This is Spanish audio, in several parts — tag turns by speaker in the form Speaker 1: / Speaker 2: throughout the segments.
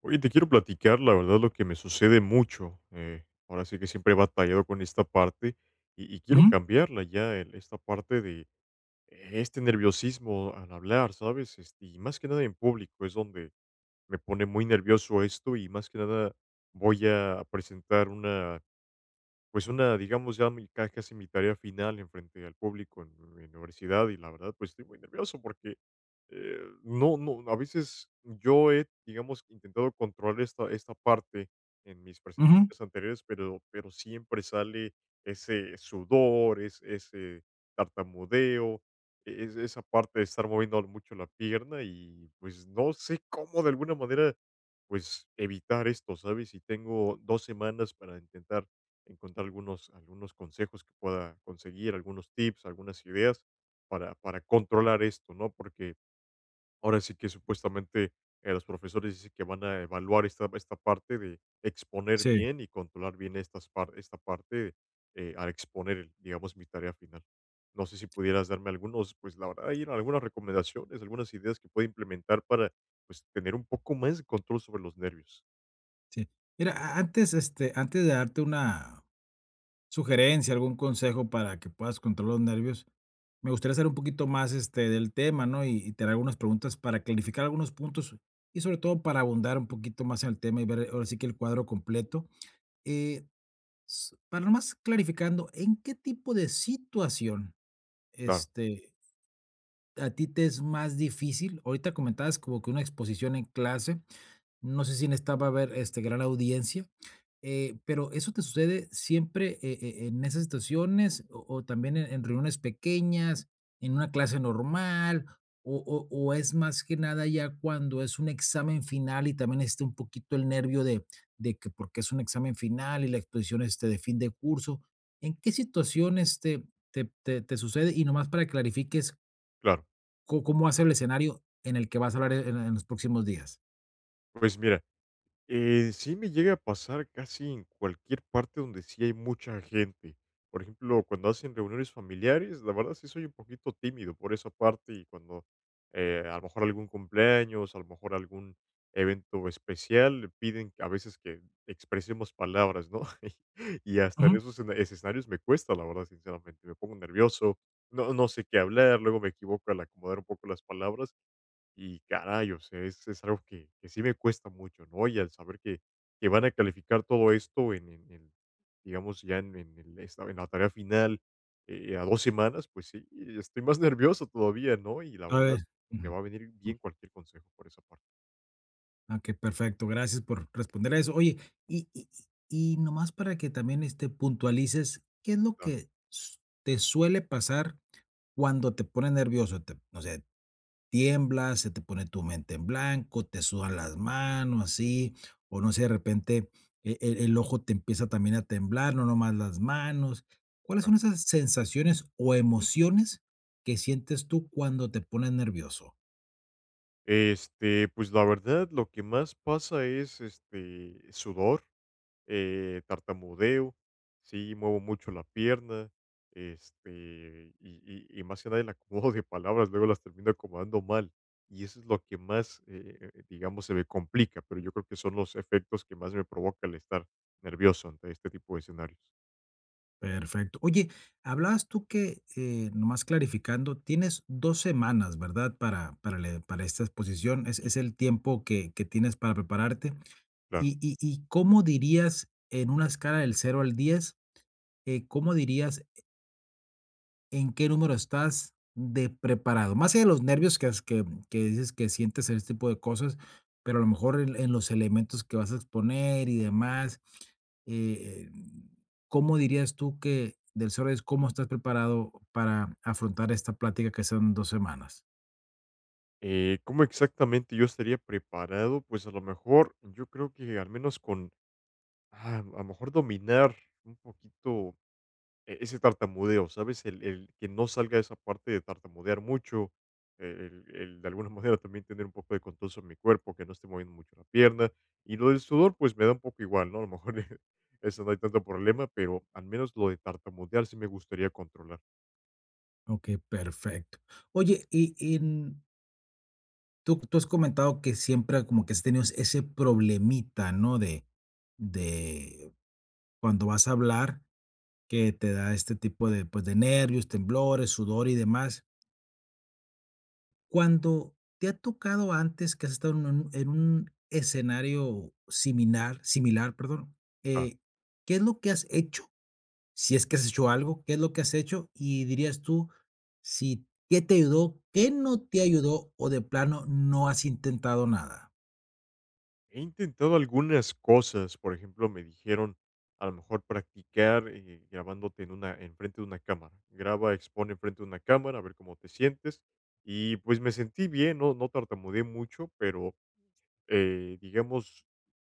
Speaker 1: Oye, te quiero platicar, la verdad, lo que me sucede mucho. Ahora sí que siempre he batallado con esta parte y quiero
Speaker 2: Ujú,
Speaker 1: cambiarla ya, esta parte de este nerviosismo al hablar, ¿sabes? Este, y más que nada en público es donde me pone muy nervioso esto y más que nada voy a presentar una pues una, digamos, ya mi ca casi mi tarea final enfrente al público en mi universidad y la verdad, pues estoy muy nervioso porque, eh, no no, a veces yo he, digamos, intentado controlar esta parte en mis
Speaker 2: ujú,
Speaker 1: presentaciones anteriores, pero siempre sale ese sudor, es ese tartamudeo, es esa parte de estar moviendo mucho la pierna y, pues, no sé cómo de alguna manera, pues, evitar esto, ¿sabes? Y tengo 2 semanas para intentar encontrar algunos consejos que pueda conseguir, algunos tips, algunas ideas para controlar esto, ¿no? Porque ahora sí que supuestamente los profesores dicen que van a evaluar esta parte de exponer
Speaker 2: sí,
Speaker 1: bien y controlar bien esta parte al exponer, digamos, mi tarea final. No sé si pudieras darme algunos, pues la verdad, hay algunas recomendaciones, algunas ideas que pueda implementar para, pues, tener un poco más de control sobre los nervios.
Speaker 2: sí. Mira, a antes, antes de darte una sugerencia, algún consejo para que puedas controlar los nervios, me gustaría saber un poquito más, del tema, ¿no? Y te haré algunas preguntas para clarificar algunos puntos y, sobre todo, para abundar un poquito más en el tema y ver, ahora sí que el cuadro completo. Eh, s para nomás clarificando, ¿en qué tipo de situación,
Speaker 1: Claro,
Speaker 2: este, a ti te es más difícil? Ahorita comentabas como que una exposición en clase. No sé si en esta va a haber, este, gran audiencia, pero ¿eso te sucede siempre, en esas situaciones o también en reuniones pequeñas, en una clase normal, o es más que nada ya cuando es un examen final y también está un poquito el nervio de que porque es un examen final y la exposición, este, de fin de curso? ¿En qué situaciones te sucede? Y nomás para que clarifiques
Speaker 1: claro.
Speaker 2: co cómo va a ser el escenario en el que vas a hablar en los próximos días.
Speaker 1: Pues mira, sí me llega a pasar casi en cualquier parte donde sí hay mucha gente. Por ejemplo, cuando hacen reuniones familiares, la verdad sí soy un poquito tímido por esa parte y cuando a lo mejor algún cumpleaños, a lo mejor algún evento especial, piden a veces que expresemos palabras, ¿no? Y hasta en
Speaker 2: Ujú.
Speaker 1: escenarios me cuesta, la verdad, sinceramente, me pongo nervioso, no, no sé qué hablar, luego me equivoco al acomodar un poco las palabras y caray, o sea, es algo que, sí me cuesta mucho, ¿no? Y al saber que, van a calificar todo esto en, el, digamos, ya en la tarea final a dos semanas, pues sí, estoy más nervioso todavía, ¿no? Y la
Speaker 2: A ver.
Speaker 1: verdad,
Speaker 2: Ujú.
Speaker 1: me va a venir
Speaker 2: Mm,
Speaker 1: bien cualquier consejo por esa parte.
Speaker 2: perfecto. Gracias por responder a eso. Oye, y y y nomás para que también, este, puntualices, ¿qué es lo
Speaker 1: Claro,
Speaker 2: que s te suele pasar cuando te pones nervioso? Te no sé, tiemblas, se te pone tu mente en blanco, te sudan las manos, así, o no sé, de repente el ojo te empieza también a temblar, no nomás las manos. ¿Cuáles
Speaker 1: claro.
Speaker 2: son esas sensaciones o emociones que sientes tú cuando te pones nervioso?
Speaker 1: Este, pues la verdad, lo que más pasa es este sudor, tartamudeo, sí, muevo mucho la pierna, este, y, y más que nada el acomodo de palabras, luego las termino acomodando mal. Y eso es lo que más, digamos, se me complica, pero yo creo que son los efectos que más me provoca el estar nervioso ante este tipo de escenarios.
Speaker 2: Perfecto. Oye, hablabas tú que, nomás clarificando, tienes 2 semanas, ¿verdad? Para le para esta exposición, es el tiempo que tienes para prepararte.
Speaker 1: Claro.
Speaker 2: ¿Y cómo dirías en una escala del cero al 10, cómo dirías en qué número estás de preparado? Más allá de los nervios que, que dices que sientes en este tipo de cosas, pero a lo mejor en los elementos que vas a exponer y demás, eh, eh, ¿cómo dirías tú que del 0 es cómo estás preparado para afrontar esta plática que son dos semanas?
Speaker 1: ¿Cómo exactamente yo estaría preparado? Pues a lo mejor, yo creo que al menos con, a lo mejor dominar un poquito ese tartamudeo, ¿sabes? El que no salga esa parte de tartamudear mucho, el de alguna manera también tener un poco de control sobre mi cuerpo, que no esté moviendo mucho la pierna. Y lo del sudor, pues, me da un poco igual, ¿no? A lo mejor eso no hay tanto problema, pero al menos lo de tartamudear sí me gustaría controlar.
Speaker 2: Ok, perfecto. Oye, tú has comentado que siempre como que has tenido ese problemita, ¿no? De cuando vas a hablar que te da este tipo de, pues, de nervios, temblores, sudor y demás. Cuando te ha tocado antes que has estado en un escenario similar, similar, perdón, eh, ¿qué es lo que has hecho? Si es que has hecho algo, ¿qué es lo que has hecho? Y dirías tú, si, ¿qué te ayudó? ¿Qué no te ayudó? O de plano no has intentado nada.
Speaker 1: He intentado algunas cosas, por ejemplo, me dijeron a lo mejor practicar grabándote enfrente de una cámara. Graba, expone enfrente de una cámara, a ver cómo te sientes. Y pues me sentí bien, no, no tartamudeé mucho, pero digamos,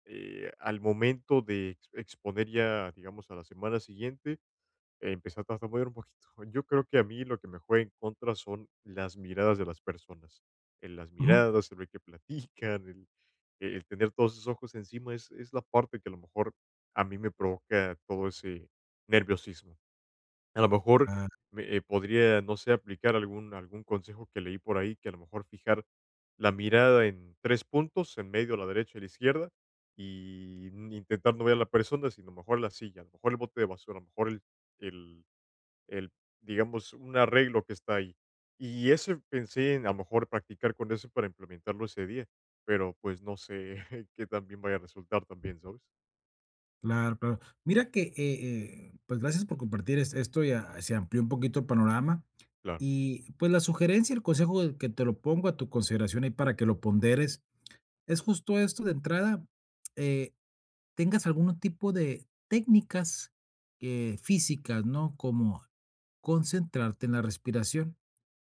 Speaker 1: al momento de exponer ya, digamos, a la semana siguiente, empecé a tartamudear un poquito. Yo creo que a mí lo que me juega en contra son las miradas de las personas. En las
Speaker 2: Ujú.
Speaker 1: miradas, el ver que platican, el tener todos esos ojos encima es la parte que a lo mejor a mí me provoca todo ese nerviosismo. A lo mejor me podría, no sé, aplicar algún consejo que leí por ahí, que a lo mejor fijar la mirada en tres puntos, en medio, a la derecha y a la izquierda, y intentar no ver a la persona, sino mejor la silla, a lo mejor el bote de basura, a lo mejor el, el, digamos, un arreglo que está ahí. Y ese pensé en a lo mejor practicar con eso para implementarlo ese día, pero pues no sé qué tan bien vaya a resultar también, ¿sabes?
Speaker 2: Claro, claro. Mira que, pues gracias por compartir esto, ya se amplió un poquito el panorama.
Speaker 1: Claro.
Speaker 2: Y pues la sugerencia, el consejo de que te lo pongo a tu consideración y para que lo ponderes, es justo esto de entrada, eh, tengas algún tipo de técnicas físicas, ¿no? Como concentrarte en la respiración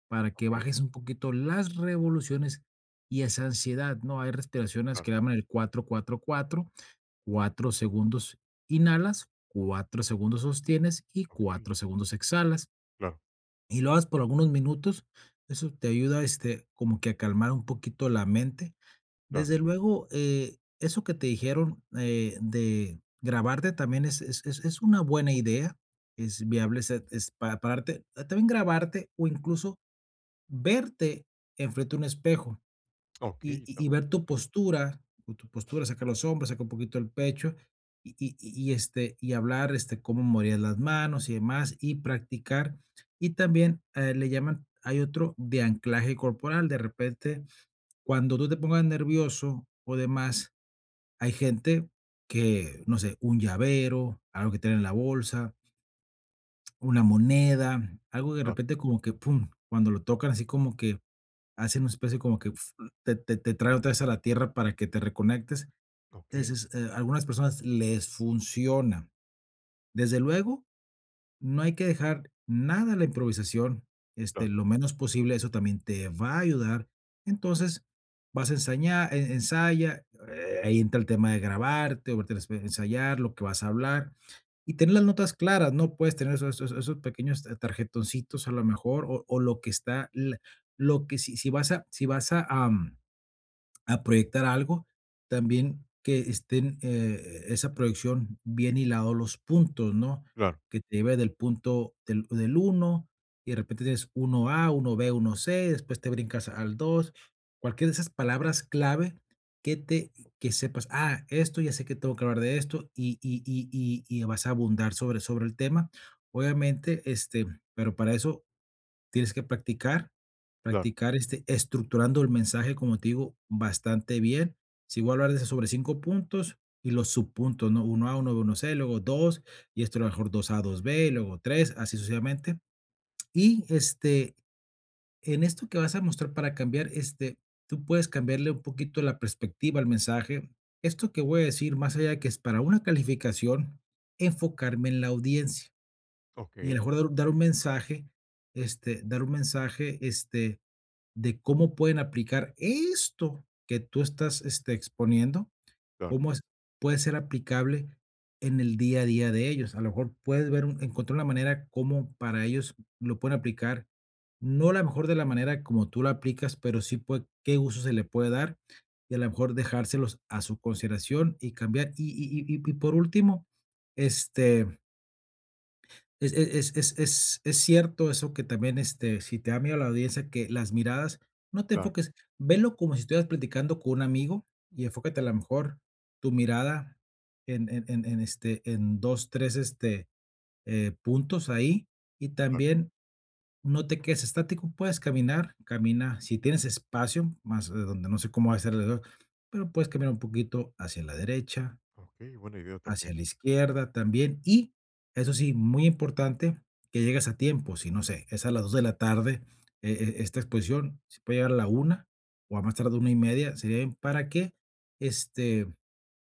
Speaker 2: para que
Speaker 1: Okey.
Speaker 2: bajes un poquito las revoluciones y esa ansiedad, ¿no? Hay respiraciones que
Speaker 1: Claro.
Speaker 2: le llaman el cuatro cuatro cuatro 4 segundos inhalas, 4 segundos sostienes y
Speaker 1: Okey.
Speaker 2: cuatro segundos exhalas.
Speaker 1: Claro,
Speaker 2: Y lo hagas por algunos minutos. Eso te ayuda, este, como que a calmar un poquito la mente.
Speaker 1: claro.
Speaker 2: Desde luego, eso que te dijeron de grabarte también es una buena idea. Es viable es pararte, también grabarte o incluso verte enfrente a un espejo y
Speaker 1: Okey,
Speaker 2: y y
Speaker 1: tampoco
Speaker 2: ver tu
Speaker 1: buena idea.
Speaker 2: postura, o tu postura, sacar los hombros, sacar un poquito el pecho, este, y hablar, este, cómo morías las manos y demás, y practicar. Y también, le llaman hay otro de anclaje corporal, de repente, cuando tú te pongas nervioso o demás, hay gente que, no sé, un llavero, algo que tiene en la bolsa, una moneda, algo que de
Speaker 1: Claro.
Speaker 2: repente como que, pum, cuando lo tocan así como que hacen una especie como que uf, te trae otra vez a la tierra para que te reconectes.
Speaker 1: Okey.
Speaker 2: Entonces, algunas personas les funciona. Desde luego, no hay que dejar nada a la improvisación, este,
Speaker 1: Claro,
Speaker 2: lo menos posible, eso también te va a ayudar. Entonces, vas a ensayar ensaya, ahí entra el tema de grabarte, o verte al ensayar, lo que vas a hablar, y tener las notas claras, ¿no? Puedes tener esos pequeños tarjetoncitos a lo mejor, o lo que está, lo que si vas a, si vas a, am, a proyectar algo, también que estén, esa proyección bien hilados los puntos, ¿no?
Speaker 1: claro,
Speaker 2: Que te lleve del punto del 1 y de repente tienes 1A, uno b uno c después te brincas al 2 cualquiera de esas palabras clave que te que sepas, ah, esto ya sé que tengo que hablar de esto y vas a abundar sobre el tema. Obviamente, este, pero para eso tienes que practicar,
Speaker 1: claro.
Speaker 2: practicar, este, estructurando el mensaje, como te digo, bastante bien. Si voy a hablar de sobre 5 puntos y los subpuntos, no uno a uno b uno 1C, luego 2 y esto a lo mejor dos a dos b y luego 3 así sucesivamente. Y, este, en esto que vas a mostrar para cambiar, este, tú puedes cambiarle un poquito la perspectiva al mensaje. Esto que voy a decir, más allá de que es para una calificación, enfocarme en la audiencia y a
Speaker 1: Okey.
Speaker 2: lo mejor dar un mensaje, este, de cómo pueden aplicar esto que tú estás, este, exponiendo,
Speaker 1: Claro,
Speaker 2: cómo es puede ser aplicable en el día a día de ellos. A lo mejor puedes ver un encontrar una manera como para ellos lo pueden aplicar, no a la mejor de la manera como tú la aplicas, pero sí puede qué uso se le puede dar y a lo mejor dejárselos a su consideración y cambiar. Y por último, este es es cierto eso que también, este, si te da miedo la audiencia, que las miradas no te
Speaker 1: claro,
Speaker 2: enfoques, velo como si estuvieras platicando con un amigo y enfócate a lo mejor tu mirada este, en 2 3 puntos ahí, y
Speaker 1: claro.
Speaker 2: también no te quedes estático, puedes caminar, camina, si tienes espacio, más, donde no sé cómo va a ser alrededor, pero puedes caminar un poquito hacia la derecha,
Speaker 1: Okey, buena idea
Speaker 2: hacia
Speaker 1: también.
Speaker 2: la izquierda también, y eso sí, muy importante que llegues a tiempo, si no sé, es a las 2 de la tarde, esta exposición, si puede llegar a la una o a más tardar una y media, sería bien para que, este,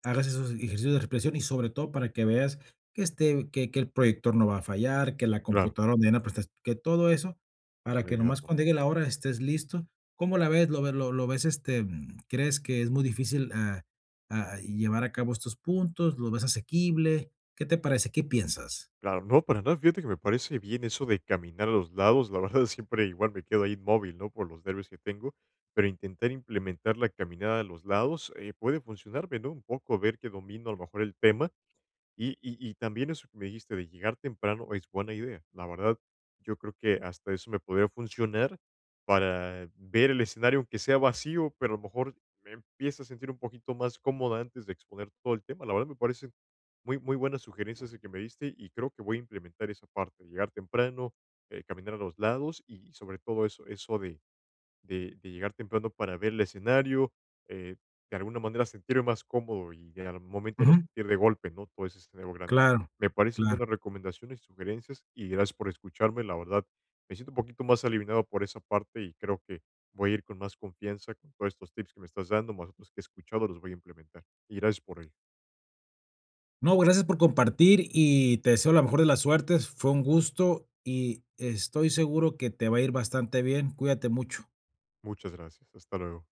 Speaker 2: hagas esos ejercicios de respiración y sobre todo para que veas que el proyector no va a fallar, que la
Speaker 1: Claro,
Speaker 2: computadora donde van a prestar que todo eso, para
Speaker 1: buena
Speaker 2: que
Speaker 1: idea
Speaker 2: nomás
Speaker 1: también.
Speaker 2: cuando llegue la hora estés listo. ¿Cómo la ves? ¿Lo ve lo ves, este, mm, crees que es muy difícil, llevar a cabo estos puntos? ¿Lo ves asequible? ¿Qué te parece? ¿Qué piensas?
Speaker 1: Claro, no, para nada, fíjate que me parece bien eso de caminar a los lados, la verdad siempre igual me quedo ahí inmóvil, ¿no? Por los nervios que tengo, pero intentar implementar la caminada a los lados puede funcionarme, ¿no? Un poco ver que domino a lo mejor el tema y también eso que me dijiste de llegar temprano es buena idea. La verdad, yo creo que hasta eso me podría funcionar para ver el escenario, aunque sea vacío, pero a lo mejor me empiezo a sentir un poquito más cómoda antes de exponer todo el tema. La verdad, me parecen muy, muy buenas sugerencias el que me diste y creo que voy a implementar esa parte, llegar temprano, caminar a los lados y sobre todo eso, de llegar temprano para ver el escenario, eh, de alguna manera sentirme más cómodo y de al momento no
Speaker 2: Ujú,
Speaker 1: sentir de golpe, ¿no? Todo ese escenario grande.
Speaker 2: claro,
Speaker 1: Me parecen
Speaker 2: claro.
Speaker 1: buenas recomendaciones y sugerencias y gracias por escucharme. La verdad, me siento un poquito más aliviado por esa parte y creo que voy a ir con más confianza con todos estos tips que me estás dando, más otros que he escuchado, los voy a implementar. Y gracias por ello.
Speaker 2: No, pues, gracias por compartir y te deseo la mejor de las suertes. Fue un gusto y estoy seguro que te va a ir bastante bien. Cuídate mucho.
Speaker 1: Muchas gracias. Hasta luego.